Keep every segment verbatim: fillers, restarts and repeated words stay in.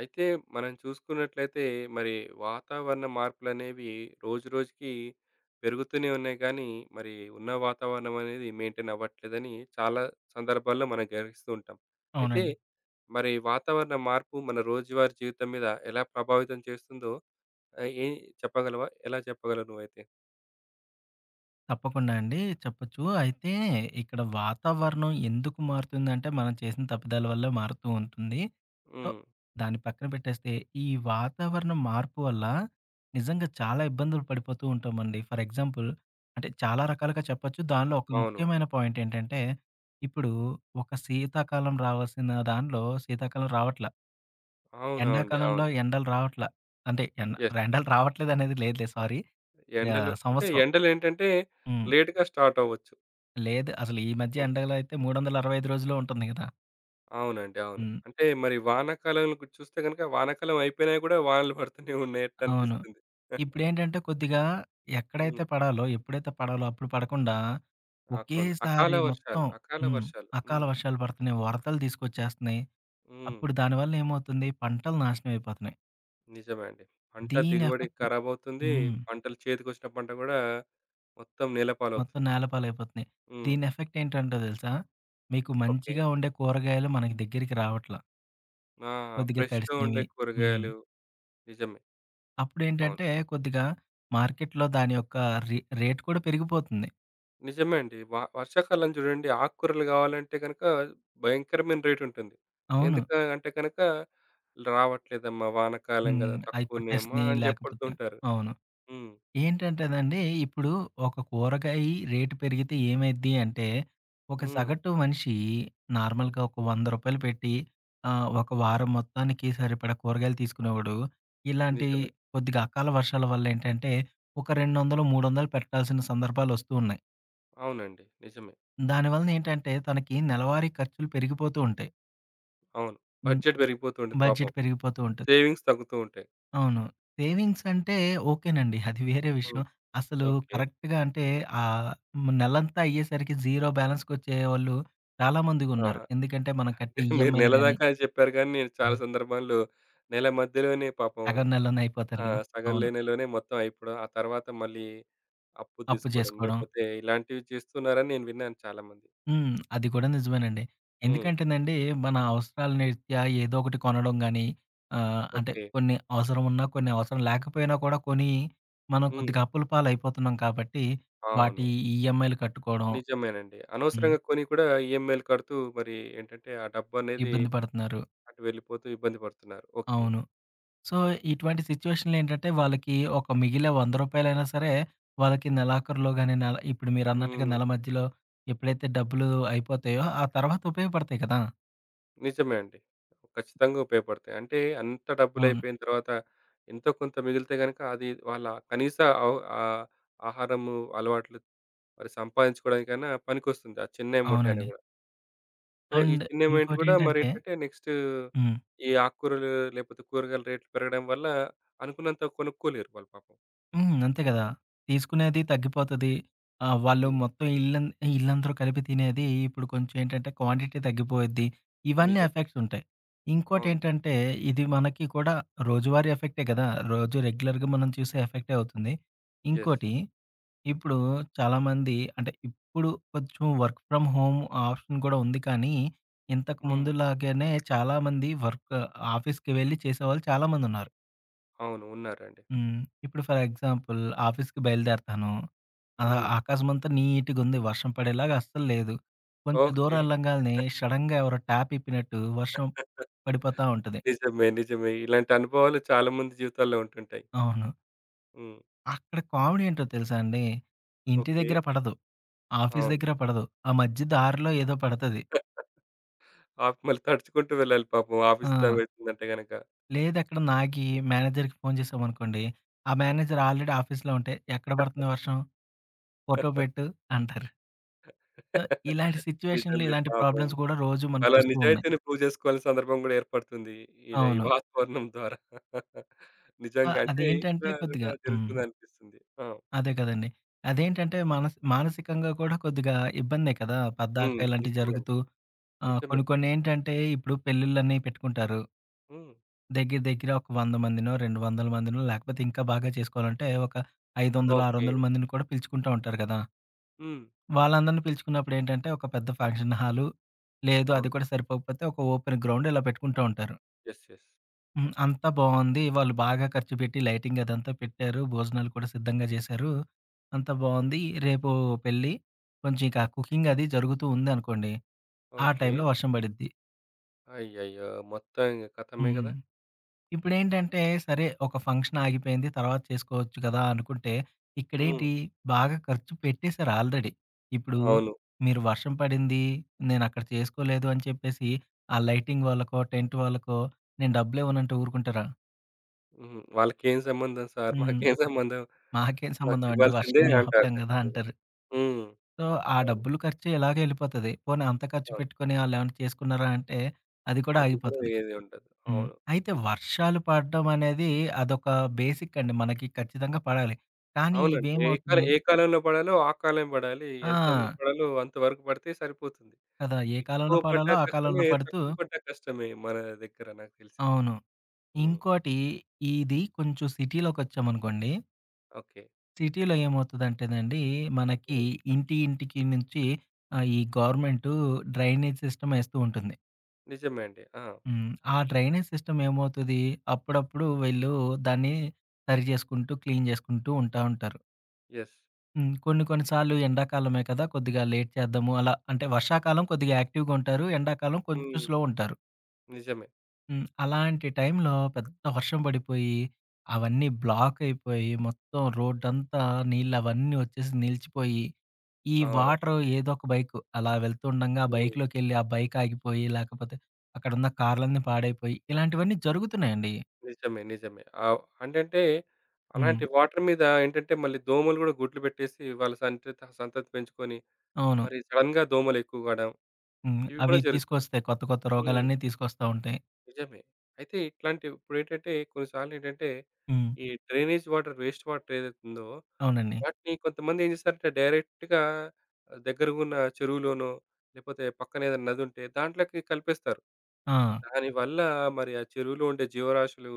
అయితే మనం చూసుకున్నట్లయితే మరి వాతావరణ మార్పులనేవి రోజురోజుకి పెరుగుతూనే ఉన్నాయి కానీ మరి ఉన్న వాతావరణం అనేది మెయింటైన్ అవ్వట్లేదని చాలా సందర్భాల్లో మనం గ్రహిస్తూ ఉంటాం. అయితే అవునండి. మరి వాతావరణ మార్పు మన రోజువారీ జీవితం మీద ఎలా ప్రభావితం చేస్తుందో ఆహ్, ఏ చెప్పగలవా? ఎలా చెప్పగలవు నువ్వైతే? తప్పకుండా అండి చెప్పొచ్చు. అయితే ఇక్కడ వాతావరణం ఎందుకు మారుతుందంటే, మనం చేసిన తప్పిదాల వల్ల మారుతూ ఉంటుంది. సో, హ్మ్. దాన్ని పక్కన పెట్టేస్తే, ఈ వాతావరణ మార్పు వల్ల నిజంగా చాలా ఇబ్బందులు పడిపోతూ ఉంటామండి. ఫర్ ఎగ్జాంపుల్ అంటే చాలా రకాలుగా చెప్పొచ్చు. దానిలో ఒక అవును. ముఖ్యమైన పాయింట్ ఏంటంటే, ఇప్పుడు ఒక శీతాకాలం రావాల్సిన దానిలో శీతాకాలం రావట్లా. అవునవునండి. ఎండాకాలంలో అవును. ఎండలు రావట్లా. అంటే ఎండ యెస్. ఎండలు రావట్లేదనేది లేదులే సారీ. యాహ్! ఎండలు అంటే సంవత్సరం. ఎండలేంటంటే హ్మ్. లేట్‌గా స్టార్ట్ అవ్వచ్చు. లేదు. అసలు ఈ మధ్య హ్మ్. ఎండలు అయితే మూడువందల అరవై ఐదు రోజులు ఉంటుంది గదా! అవునండి. అవును. హ్మ్. అంటే మరి వానాకాలం చూస్తే గనుక వానాకాలం అయిపోయినా గూడా వానలు పడుతూనే ఉన్నట్టు అవును. అనిపిస్తుంది. ఇప్పుడేంటంటే కొద్దిగా ఎక్కడైతే హ్మ్. పడాలో, ఎప్పుడైతే పడాలో అప్పుడు పడకుండా ఆ! కొన్ని అకాల ఒకేసారి వర్షాలు, మొత్తం అకాల హ్మ్. వర్షాలు. అకాల హ్మ్. వర్షాలు పడుతున్నాయి. వరదలు తీసుకొచ్చేస్తున్నాయి. హ్మ్. అప్పుడు దానివల్ల ఏమవుతుంది? పంటలు నాశనం అయిపోతున్నాయి. నిజమే అండి. పంట దీని దిగుబడి ఎఫెక్ట్ ఖరాబవుతుంది. హ్మ్. పంటలు చేతికొచ్చిన పంట గూడా మొత్తం మొత్తం నేలపాలవుతుంది. నేలపాలైపోతున్నాయి. హ్మ్. దీని ఎఫెక్ట్ ఏంటంటో తెలుసా? మీకు ఓకే. మంచిగా ఉండే కూరగాయలు మనకి దగ్గరికి రావట్ల. ఆ! కొద్దిగా ఫ్రెష్‌గా ఉండే తడిసినవి. హ్మ్. కూరగాయలు నిజమే. అవును. అప్పుడేంటంటే కొద్దిగా మార్కెట్‌లో దాని యొక్క రే రేట్ కూడా పెరిగిపోతుంది. నిజమే అండి. వ వర్షాకాలం చూడండి, ఆకుకూరలు కావాలంటే గనక భయంకరమైన రేట్ ఉంటుంది. అవును. ఎందుకు అంటే గనక రావట్లేదమ్మా వానాకాలం కదా! హ్మ్. అయి తక్కువున్నాయమ్మా కొట్టేసినయి అని లేకపోతే జెప్పడుతుంటారు. అవును. హ్మ్. ఏంటంటేనండి ఇప్పుడు ఒక కూరగాయి రేటు పెరిగితే ఏమైద్ది అంటే, ఒక హ్మ్. సగటు మనిషి నార్మల్‌గా ఒక రూ. వంద పెట్టి ఆహ్, ఒక వారం మొత్తానికి సరిపడా కూరగాయలు తీసుకునేవాడు. ఇలాంటి నిజమే. కొద్దిగా అకాల వర్షాల వల్ల ఏంటంటే, ఒక రెండువందలు, మూడువందలు పెట్టాల్సిన సందర్భాలొస్తూ ఉన్నాయి. అవునండి. నిజమే. దానివలన ఏంటంటే, తనకి నెలవారీ ఖర్చులు పెరిగిపోతూ ఉంటాయి. అవును. బడ్జెట్ పెరిగిపోతూ ఉంటుంది పాపం. బడ్జెట్ పెరిగిపోతూ ఉంటది. సేవింగ్స్ తగ్గుతూ ఉంటాయి. అవును. సేవింగ్స్ అంటే ఓకేనండి. అది వేరే విషయం. హ్మ్. అసలు ఓకే. కరెక్ట్‌గా అంటే ఆహ్, నెలంతా అయ్యేసరికి జీరో బ్యాలెన్స్‌కొచ్చేవాళ్ళు చాలా మందిగున్నారు. ఆహా! ఎందుకంటే మనం కట్టే మీరు ఈఎంఐలు నెల గాని, దాకా అని చెప్పారు గానీ, నేను చాలా సందర్భాల్లో నెల మధ్యలోనే పాపం. సగం నెలలోనే అయిపోతారు ఆ! గదా! సగం అవును. లేనేలోనే మొత్తం అయిపోవడం. ఆ తర్వాత మళ్ళీ అప్పు అప్పు తీసుకోవడం. జేసుకోవడం. లేకపోతే ఇలాంటివి చేస్తున్నారని నేను విన్నాను చాలామంది. హ్మ్. అది కూడా నిజమేనండి. హ్మ్. ఎందుకంటేనండి, మన అవసరాల రీత్యా ఏదో ఒకటి కొనడం గాని, ఆహ్, అంటే ఓకే. కొన్ని అవసరం ఉన్నా, కొన్ని అవసరం లేకపోయినా కూడా కొని, మనం హ్మ్. కొద్దిగా అప్పుల పాలైపోతున్నాం కాబట్టి, అవును. వాటి ఈఎంఐలు కట్టుకోవడం నిజమేనండి. హ్మ్. అనవసరంగా కొని కూడా ఈఎంఐలు కడుతూ మరి ఏంటంటే ఆ డబ్బనేది ఇబ్బంది పడుతున్నారు. అటు వెళ్ళిపోతూ ఇబ్బంది పడుతున్నారు. ఓకే. అవును. సో, ఇటువంటి సిట్యుయేషన్‌లేంటంటే, వాళ్ళకి ఒక మిగిలే రూ. వంద సరే, వాళ్ళకి నెలాఖరులో గాని, నెల ఇప్పుడు మీరన్నట్టుగా హ్మ్. నెల మధ్యలో ఎప్పుడైతే డబ్బులు అయిపోతాయో, ఆ తర్వాత ఉపయోగపడతాయి కదా! నిజమే అండి. ఖచ్చితంగా ఉపయోగపడతాయి. అంటే అంత అవును. డబ్బులయిపోయిన తర్వాత ఎంతో కొంత మిగిలితే గనుక అది వాళ్ళ కనీస అవ్ ఆహ్, ఆహారము అలవాట్లు మరి సంపాదించుకోవడానికైనా పనికొస్తుంది. ఆ చిన్న అమౌంట్ అయినా అవునండి. కూడా. సో, ఈ అండ్ చిన్న ఎమౌంట్ గూడా ఇంకోటేంటంటే మరేంటంటే నెక్స్ట్ హ్మ్. ఈ ఆకుకూరలు లేకపోతే కూరగాయల రేట్లు పెరగడం వల్ల అనుకున్నంత కొనుక్కోలేరు వాళ్ళు పాపం. హ్మ్. అంతే గదా! తీసుకునేది తగ్గిపోతది. ఆహ్, వాళ్ళు హ్మ్. మొత్తం ఇల్లం ఇల్లందరూ కలిపి తినేది ఇప్పుడు కొంచెం ఏంటంటే క్వాంటిటీ తగ్గిపోయిద్ది. ఇవన్నీ నిజమే. ఎఫెక్ట్స్ ఉంటాయి. అవును. ఇంకోటేంటంటే ఇది మనకి కూడా రోజువారీ ఎఫెక్టే గదా! రోజు రెగ్యులర్‌గా మనం చూసే ఎఫెక్టే అవుతుంది. యెస్. ఇంకోటి ఇప్పుడు చాలామంది అంటే ఇప్పుడు కొంచెం వర్క్ ఫ్రమ్ హోమ్ ఆప్షన్ కూడా ఉంది కానీ, ఇంతకు హ్మ్. ముందులాగానే చాలామంది వర్క్ ఆఫీస్‌కి వెళ్లి చేసేవాళ్ళు చాలామందున్నారు. అవును. ఉన్నారండి. హ్మ్. ఇప్పుడు ఫర్ ఎగ్జాంపుల్ ఆఫీస్‌కి బయలుదేరతాను. ఆహ్, హ్మ్. ఆకాశమంతా నీట్‌గుంది. వర్షం పడేలాగా అస్సలు లేదు. కొంచెం ఓకే. దూరం ఎళ్ళంగాల్నే సడెన్‌గా ఎవరో ట్యాప్ ఇప్పినట్టు వర్షం పడిపోతా ఉంటది. నిజమే. నిజమే. ఇలాంటి అనుభవాలు చాలా మంది జీవితాల్లో ఉంటుంటాయి. అవును. హ్మ్. అక్కడ కామెడీ ఏంటో తెలుసా అండి? ఇంటి ఓకే. దగ్గర పడదు. ఆఫీస్ అవును. దగ్గర పడదు. ఆ మధ్య దారిలో ఏదో పడతది. ఆప్ మళ్ళీ తడుచుకుంటూ వెళ్ళాలి పాపం, ఆఫీస్ టైమ్ ఆ! అవుతుందంటే గనక. లేదెక్కడన్నా ఆగి మేనేజర్‌కి ఫోను చేసామనుకోండి, ఆ మేనేజర్ ఆల్రెడీ ఆఫీస్‌లో ఉంటే, "ఎక్కడ పడుతుంది వర్షం? ఫోటో పెట్టు" అంటారు. ఆహ్, ఇలాంటి సిట్యుయేషన్‌లో నిజమే ఇలాంటి పాపం. ప్రాబ్లమ్స్ కూడా రోజు వాళ్ళ మనకొస్తూ ఉన్నాయి. నిజాయితీని ప్రూవ్ చేసుకోవాల్సిన సందర్భం గూడా ఏర్పడుతుంది ఇలా ఈ అవును. వాతావరణం ద్వారా. ఆ! నిజంగా అంటే అదేంటంటే ఇలా గూడా కొద్దిగా హ్మ్. జరుగుతుందనిపిస్తుంది. ఆ! అదే కదండీ. అదేంటంటే మానసి మానసికంగా కూడా కొద్దిగా ఇబ్బందే కదా! పద్దాక హ్మ్. ఇలాంటివి నిజమే అండి. జరుగుతూ ఆహ్, నిజమే. కొన్ని కొన్నేంటంటే ఇప్పుడు పెళ్ళిళ్ళని పెట్టుకుంటారు. హ్మ్. దగ్గర దగ్గర ఒక వంద మందినో, రెండువందల మందినో లేకపోతే ఇంకా బాగా చేసుకోవాలంటే ఒక ఐదువందలు, ఓకే. ఆరువందల మందిని కూడా పిలుచుకుంటా ఉంటారు కదా! హ్మ్. వాళ్ళందరిని పిలుచుకున్నప్పుడేంటంటే ఒక పెద్ద ఫంక్షన్ హాలు లేదు అవును. అది కూడా సరిపోకపోతే ఒక ఓపెన్ గ్రౌండ్ ఇలా పెట్టుకుంటా ఉంటారు. యెస్. యెస్. హ్మ్. అంతా బావుంది. వాళ్ళు బాగా ఖర్చు పెట్టి లైటింగ్ అదంతా పెట్టారు. భోజనాలు కూడా సిద్ధంగా జేశారు. అంతా బావుంది. రేపు పెళ్లి. కొంచెం ఇక కుకింగ్ అది జరుగుతూ ఉందనుకోండి. ఆ ఓకే. ఓకే. టైంలో వర్షం పడిద్ది. అయ్యయ్యో! మొత్తం ఇంగ కథమే హ్మ్. గదా! ఇప్పుడేంటంటే సరే ఒక ఫంక్షన్ ఆగిపోయింది. తర్వాత చేసుకోవచ్చు కదా! అనుకుంటే హ్మ్. ఇక్కడేంటి బాగా ఖర్చు పెట్టేసారు ఆల్రెడీ. ఇప్పుడు అవును. మీరు వర్షం పడింది, నేనక్కడ చేసుకోలేదు అని చెప్పేసి ఆ లైటింగ్ వాళ్ళకో, టెంట్ వాళ్ళకో నేను డబ్బులివ్వనంటే ఊరుకుంటారా? హ్మ్. వాళ్ళకేం సంబంధం సార్, హ్మ్. మాకేం సంబంధం, మాకేం సంబంధం అండి. వర్షం మాకివ్వాల్సిందే మేము అంటారు ఆపలేం గదా! ఖచ్చితంగా. అంటారు. హ్మ్. సో, ఆ అవును. డబ్బులు ఖర్చు ఇలాగే ఎళ్ళిపోతది. పోనీ అంత ఖర్చు అవును. పెట్టుకొని ఆళ్ళేమన్నా చేసుకున్నారా అంటే, అది కూడా అది గూడా ఆగిపోతది. ఏది ఉండదు. హ్మ్. అవును. అయితే నిజం. వర్షాలు పడడం అనేది అదొక బేసిక్ అండి. మనకి ఖచ్చితంగా పడాలి. కానీ అవునండి. ఏ కాలం ఇవేమవుతున్నాయి ఏ కాలంలో పడాలో ఆ కాలం పడాలి. ఎంత వరకు ఆ! పడాలో అంతవరకు పడితే సరిపోతుంది. కదా! ఏ కాలంలో ఎక్కువ పడ్డా పడాలో ఆ కాలంలో కష్టమే, పడుతూ తక్కువ పడ్డా కష్టమే మన దగ్గర నాకు తెలిసి. అవును. హ్మ్. ఇంకోటి ఇది కొంచెం సిటీలోకొచ్చామనుకోండి. ఓకే. సిటీలో ఏమవుతదంటేనండి, మనకి హ్మ్. ఇంటి ఇంటికి నుంచి ఆహ్, ఈ గవర్నమెంటు డ్రైనేజ్ సిస్టమ్ ఎస్తూ ఉంటుంది. నిజమే అండి. ఆ! హ్మ్. ఆ డ్రైనేజ్ సిస్టమ్ ఏమవుతది, అప్పుడప్పుడు వీళ్ళు దాన్ని సరి చేసుకుంటూ, క్లీన్ చేసుకుంటూ ఉంటా ఉంటారు. యెస్. హ్మ్. కొన్ని కొన్ని సార్లు ఎండాకాలమే కదా! కొద్దిగా లేట్ చేద్దాము అలా. అంటే వర్షాకాలం కొద్దిగా యాక్టివ్‌గా ఉంటారు. ఎండాకాలం కొంచెం హ్మ్. స్లో ఉంటారు. నిజమే. హ్మ్. అలాంటి టైంలో పెద్ద వర్షం పడిపోయి, అవన్నీ బ్లాక్ అయిపోయి, మొత్తం రోడ్డంతా నీళ్ళవన్నీ వచ్చేసి నిలిచిపోయి, ఈ అవునండి. వాటరు ఏదో ఒక బైకు అలా వెళ్తుండంగా ఆ హ్మ్. బైక్‌లోకెళ్ళి ఆ బైక్ ఆగిపోయి, లేకపోతే అక్కడున్న కార్లన్నీ పాడైపోయి, ఇలాంటివన్నీ జరుగుతున్నాయండి. నిజమే. నిజమే. ఆవ్ అంటే హ్మ్. అలాంటి వాటర్ మీద ఏంటంటే మళ్ళీ దోమలు గూడా గుడ్లు పెట్టేసి వాళ్ళ సంతతి సంతతి పెంచుకొని అవును. మరి సడెన్‌గా దోమలు ఎక్కువ కావడం హ్మ్. ఇవి అవి కూడా జరుగుతుంది. తీసుకొస్తాయి. కొత్త కొత్త హ్మ్. రోగాలన్నీ తీసుకొస్తా ఉంటాయి. నిజమే. అయితే ఇట్లాంటివి ఇప్పుడేంటంటే కొన్నిసార్లేంటంటే హ్మ్. ఈ డ్రైనేజ్ వాటర్, వేస్ట్ వాటర్ ఏదైతుందో అవునండి. వాటిని కొంతమంది ఏం చేస్తారంటే డైరెక్ట్‌గా ఆహ్, దగ్గరగున్న చెరువులోనో లేపోతే పక్కన ఏదైనా నదుంటే దాంట్లోకి కలిపేస్తారు. ఆ! దానివల్ల మరి ఆ చెరువులో ఉండే జీవరాశులు,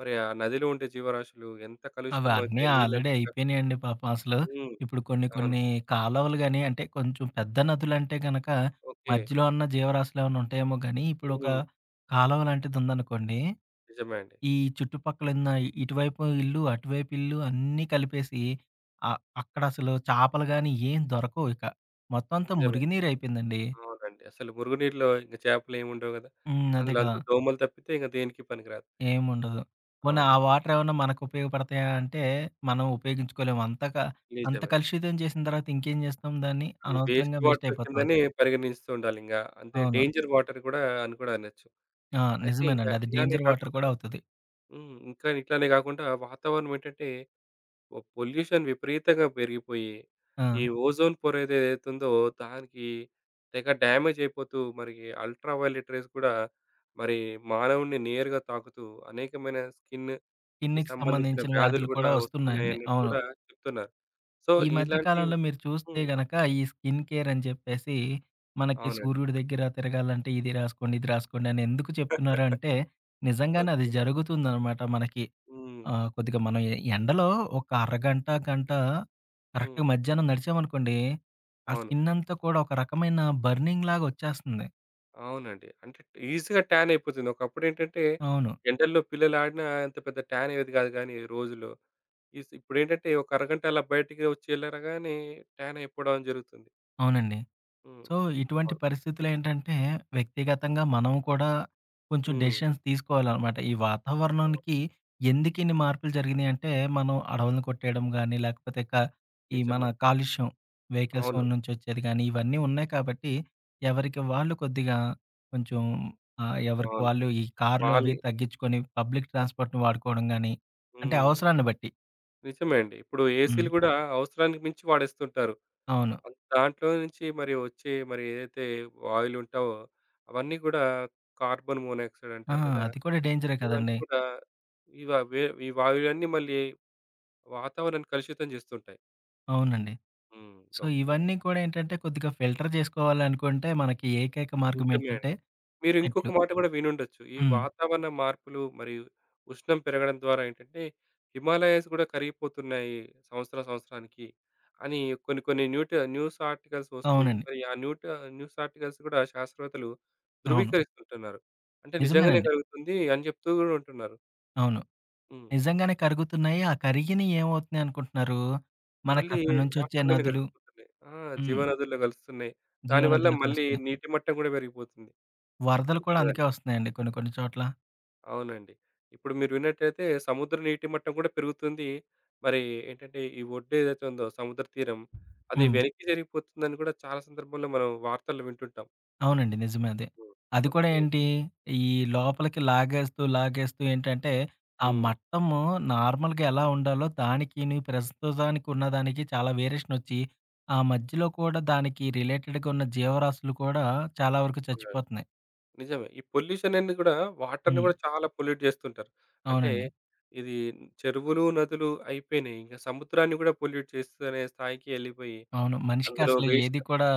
మరి ఆ నదిలో ఉండే జీవరాశులు ఎంత అవన్నీ కలుషితమవుతాయి ఆల్రెడీ నీళ్ళంత క అయిపోయినాయండి పాపం అసలు. హ్మ్. ఇప్పుడు కొన్ని అవును. కొన్ని కాలువలు గాని, అంటే కొంచెం పెద్ద నదులంటే గనక ఓకే. మధ్యలో ఉన్న జీవరాశులు ఏమైనా ఉంటాయేమో గానీ, ఇప్పుడు ఒక హ్మ్. కాలువ లాంటిది ఉందనుకోండి, నిజమే అండి. ఈ చుట్టుపక్కల ఉన్న ఇటువైపు ఇల్లు, అటువైపు ఇల్లు అన్నీ కలిపేసి ఆహ్, అక్కడ అసలు చేపలు గాని ఏం దొరకవు ఇక. మొత్తం అంతా నిజమే. మురుగునీరు అయిపోయిందండి. అవునండి. అసలు మురుగునీరులో ఇంక చేపలేముండవు గదా! హ్మ్. అదే అందులో అంత కదా! దోమలు తప్పితే ఇంక దేనికి పనికిరాదు. ఏముండదు. పోనీ అవును. ఆ వాటరేమన్నా మనకుపయోగపడతాయా అంటే, మనం ఉపయోగించుకోలేము. అంత క అంత నిజమే. కలుషితం చేసిన తర్వాత ఇంకేం చేస్తాం దాన్ని? అవి వేస్ట్ అనవసరంగా వేస్ట్ వాటర్ అయిపోతా కిందనే ఉంటాం. పరిగణిస్తూ ఉండాలింక. అంటే అవును. డేంజర్ వాటర్ కూడా అని కూడా అనొచ్చు. ఆ! అయితే ఇంకా నిజమేనండి. అది ఇలానే డేంజర్ వాటర్ కాకుండా కూడా అవుతది. హ్మ్. ఇంకా ఇట్లానే కాకుండా వాతావరణం ఏంటంటే పొ పొల్యూషన్ విపరీతంగా పెరిగిపోయి, ఆ! ఈ ఓజోన్ పొర ఏది ఏదైతుందో దానికి తెగ డ్యామేజ్ అయిపోతూ మరి అల్ట్రా వయొలెట్ రేస్ కూడా మరి మానవుడిని నేరుగా తాకుతూ అనేకమైన స్కిన్‌కి స్కిన్‌కి సంబంధించిన సంబంధించిన వ్యాధులు వ్యాధులు కూడా కూడా వస్తున్నాయండి. వస్తున్నాయన్నట్టు అవును. కూడా చెప్తున్నారు. సో ఈ మధ్య ఇలాంటి కాలంలో మీరు చూస్తే హ్మ్. గనక ఈ స్కిన్ కేర్ అని చెప్పేసి, మనకి అవునండి. సూర్యుడి దగ్గర తిరగాలంటే ఇది రాసుకోండి, ఇది రాసుకోండి అని ఎందుకు చెప్తున్నారు అంటే, నిజంగానే అది ఓకే. జరుగుతుందనమాట మనకి. హ్మ్. ఆ! కొద్దిగా మనం ఎ ఎండలో ఒక అరగంట, గంట హ్మ్. కరెక్ట్‌గా మధ్యాహ్నం నడిచామనుకోండి, ఆ అవును. స్కిన్ అంతా కూడా ఒక రకమైన బర్నింగ్‌లాగా వచ్చేస్తుంది. అవునండి. అంటే ఈజీగా ట్యాన్ అయిపోతుంది. ఒకప్పుడేంటంటే అవును. ఎండల్లో పిల్లలు ఆడినా అంత పెద్ద ట్యాన్ అయ్యేది కాదు గానీ రోజులో. ఈస్ ఇప్పుడేంటంటే ఒక అరగంట అలా బయటికి వచ్చి ఎళ్ళరగానే ట్యాన్ అయిపోవడం జరుగుతుంది. అవునండి. హ్మ్. సో, ఇటువంటి అవును. పరిస్థితులేంటంటే, వ్యక్తిగతంగా మనం కూడా కొంచెం హ్మ్. డెసిషన్స్ తీసుకోవాలనమాట. ఈ వాతావరణానికి ఎందుకిన్ని మార్పులు జరిగినియంటే, మనం అడవులను కొట్టేయడం గానీ, లేకపోతే క ఈ మన నిజమే. కాలుష్యం వెహికల్స్ అవును. నుంచొచ్చేది గానీ, ఇవన్నీ ఉన్నాయి కాబట్టి, ఎవరికి వాళ్ళు కొద్దిగా కొంచెం ఆహ్, ఎవరికి అవును. వాళ్ళు ఈ కార్లు అవి వాళ్ళు తగ్గించుకొని, పబ్లిక్ ట్రాన్స్‌పోర్ట్‌ని వాడుకోవడం గానీ, అంటే హ్మ్. అవసరాన్ని బట్టి. నిజమే అండి. ఇప్పుడు హ్మ్. ఏసీలు గూడా అవసరానికి మించి వాడేస్తుంటారు. అవును. అం- దాంట్లో నుంచి మరి వచ్చే మరి ఏదైతే వాయువులుంటావో అవన్నీ గూడా కార్బన్ మోనాక్సైడ్ ఆ! అంటారు కదా! అది కూడా డేంజరే ఇవన్నీ కదండీ! కూడా ఇవ వే ఇవ ఇవన్నీ మళ్ళీ వాతావరణాన్ని కలుషితం చేస్తుంటాయి. అవునండి. హ్మ్. So, okay. ఇవన్నీ కూడా ఏంటంటే కొద్దిగా ఫిల్టర్ చేసుకోవాలనుకుంటే మనకి ఏకైక మార్గం నిజమే అండి. ఏంటంటే మీరు ఇంకొక చెట్లు. మాట కూడా వినుండొచ్చు. ఈ హ్మ్. వాతావరణ మార్పులు మరియు ఉష్ణం పెరగడం ద్వారా ఏంటంటే, హిమాలయాస్ కూడా కరిగిపోతున్నాయి సంవత్సరం సంవత్సరానికి అని కొన్ని కొన్ని న్యూట న్యూస్ ఆర్టికల్స్ వస్తూ అవునండి. మరి ఆ న్యూట న్యూస్ ఆర్టికల్స్ కూడా శాస్త్రవేత్తలు అవును. ధృవీకరిస్తుంటున్నారు. అంటే నిజంగానే నిజమేనండి. కలుగుతుంది అని చెప్తూ కూడా ఉంటున్నారు. అవును. హ్మ్. నిజంగానే కరుగుతున్నాయి. ఆ కరిగినయి ఏమవుతున్నాయి అనుకుంటున్నారు? మళ్ళీ మనకక్కడి నుంచొచ్చే వాటర్‌లోనే నదులు కలిసిపోతున్నాయి. ఆ! హ్మ్. జీవనదుల్లో కలుస్తున్నాయి. దానివల్ల జీవనదులు మళ్ళీ కలుస్తున్నాయి. నీటి మట్టం కూడా పెరిగిపోతుంది. వరదలు కూడా మంచిదని అందుకే వస్తున్నాయండి కొన్ని కొన్ని చోట్ల. అవునండి. ఇప్పుడు మీరు విన్నట్టయితే సముద్ర నీటి మట్టం కూడా పెరుగుతుంది. మరి ఏంటంటే ఈ ఒడ్డు ఏదైతే ఉందో సముద్ర తీరం అది హ్మ్. వెనక్కి జరిగిపోతుందని కూడా చాలా సందర్భాల్లో మనం వార్తల్లో వింటుంటాం. అవునండి. నిజమే అదే. హ్మ్. అది కూడా ఓకే. ఏంటి, ఈ లోపలికి లాగేస్తూ, లాగేస్తూ ఏంటంటే, ఆ హ్మ్. మట్టము నార్మల్‌గా ఎలా ఉండాలో దానికిని, ప్రస్తుతానికి ఉన్నదానికి చాలా వేరియేషనొచ్చి, ఆ మధ్యలో కూడా దానికి రిలేటెడ్‌గా ఉన్న జీవరాశులు కూడా చాలా వరకు అవునండి. చచ్చిపోతున్నాయి. నిజమే. ఈ పొల్యూషన్ అనేది కూడా వాటర్‌ని హ్మ్. కూడా చాలా పొల్యూట్ చేస్తుంటారు. అంటే అవునండి. ఇది చెరువులు, నదులు అయిపోయినాయి. ఇంకా సముద్రాన్ని కూడా పొల్యూట్ చేస్తూనే స్థాయికి ఎళ్ళిపోయి అవును. మనిషికి అందులో అసలు వేస్ట్ ఏది కూడా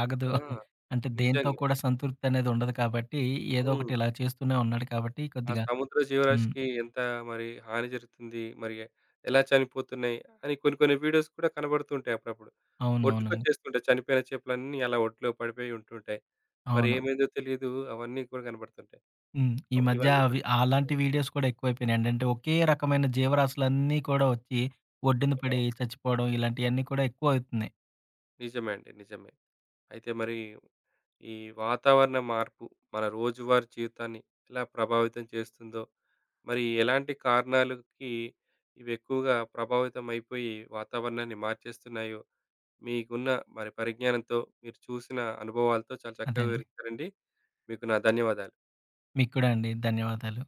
ఆగదు. ఆ! అంటే దేంతో నిజంగా. కూడా సంతృప్తి అనేది ఉండదు కాబట్టి, ఏదో హ్మ్. ఒకటి ఇలా చేస్తూనే ఉన్నాడు కాబట్టి ఆ కొద్దిగా సముద్ర హ్మ్. జీవరాశికి ఎంత మరి హాని జరుగుతుంది, మరి ఎలా చనిపోతున్నాయి అని కొన్ని కొన్ని వీడియోస్ కూడా కనబడుతుంటాయి అప్పుడప్పుడు. అవునవునండి. ఒడ్డుకొచ్చేస్తుంటాయి. చనిపోయిన చేపలన్నీ అలా ఒడ్లో పడిపోయి ఉంటుంటాయి. మరి అవును. ఏమైందో తెలీదు. అవన్నీ కూడా కనబడుతుంటాయి. హ్మ్. ఈ మధ్య ఇవన్నీ కూడా అవి అలాంటి హ్మ్. వీడియోస్ కూడా ఎక్కువైపోయినాయండి. అంటే ఒకే రకమైన జీవరాశులన్నీ కూడా వచ్చి ఒడ్డున ఆ! పడి చచ్చిపోవడం ఇలాంటియన్నీ కూడా ఎక్కువవుతున్నాయి. నిజమే అండి. నిజమే. అయితే మరి ఈ వాతావరణ మార్పు మన రోజువారీ జీవితాన్ని ఎలా ప్రభావితం చేస్తుందో, మరి ఎలాంటి కారణాలకి ఇవి ఎక్కువగా ప్రభావితం అయిపోయి వాతావరణాన్ని మార్చేస్తున్నాయో, మీకున్న మరి పరిజ్ఞానంతో మీరు చూసిన అనుభవాలతో చాలా అదే చక్కగా అండి. వివరించారండి. మీకు నా ధన్యవాదాలు. మీకు కూడా అండి. ధన్యవాదాలు.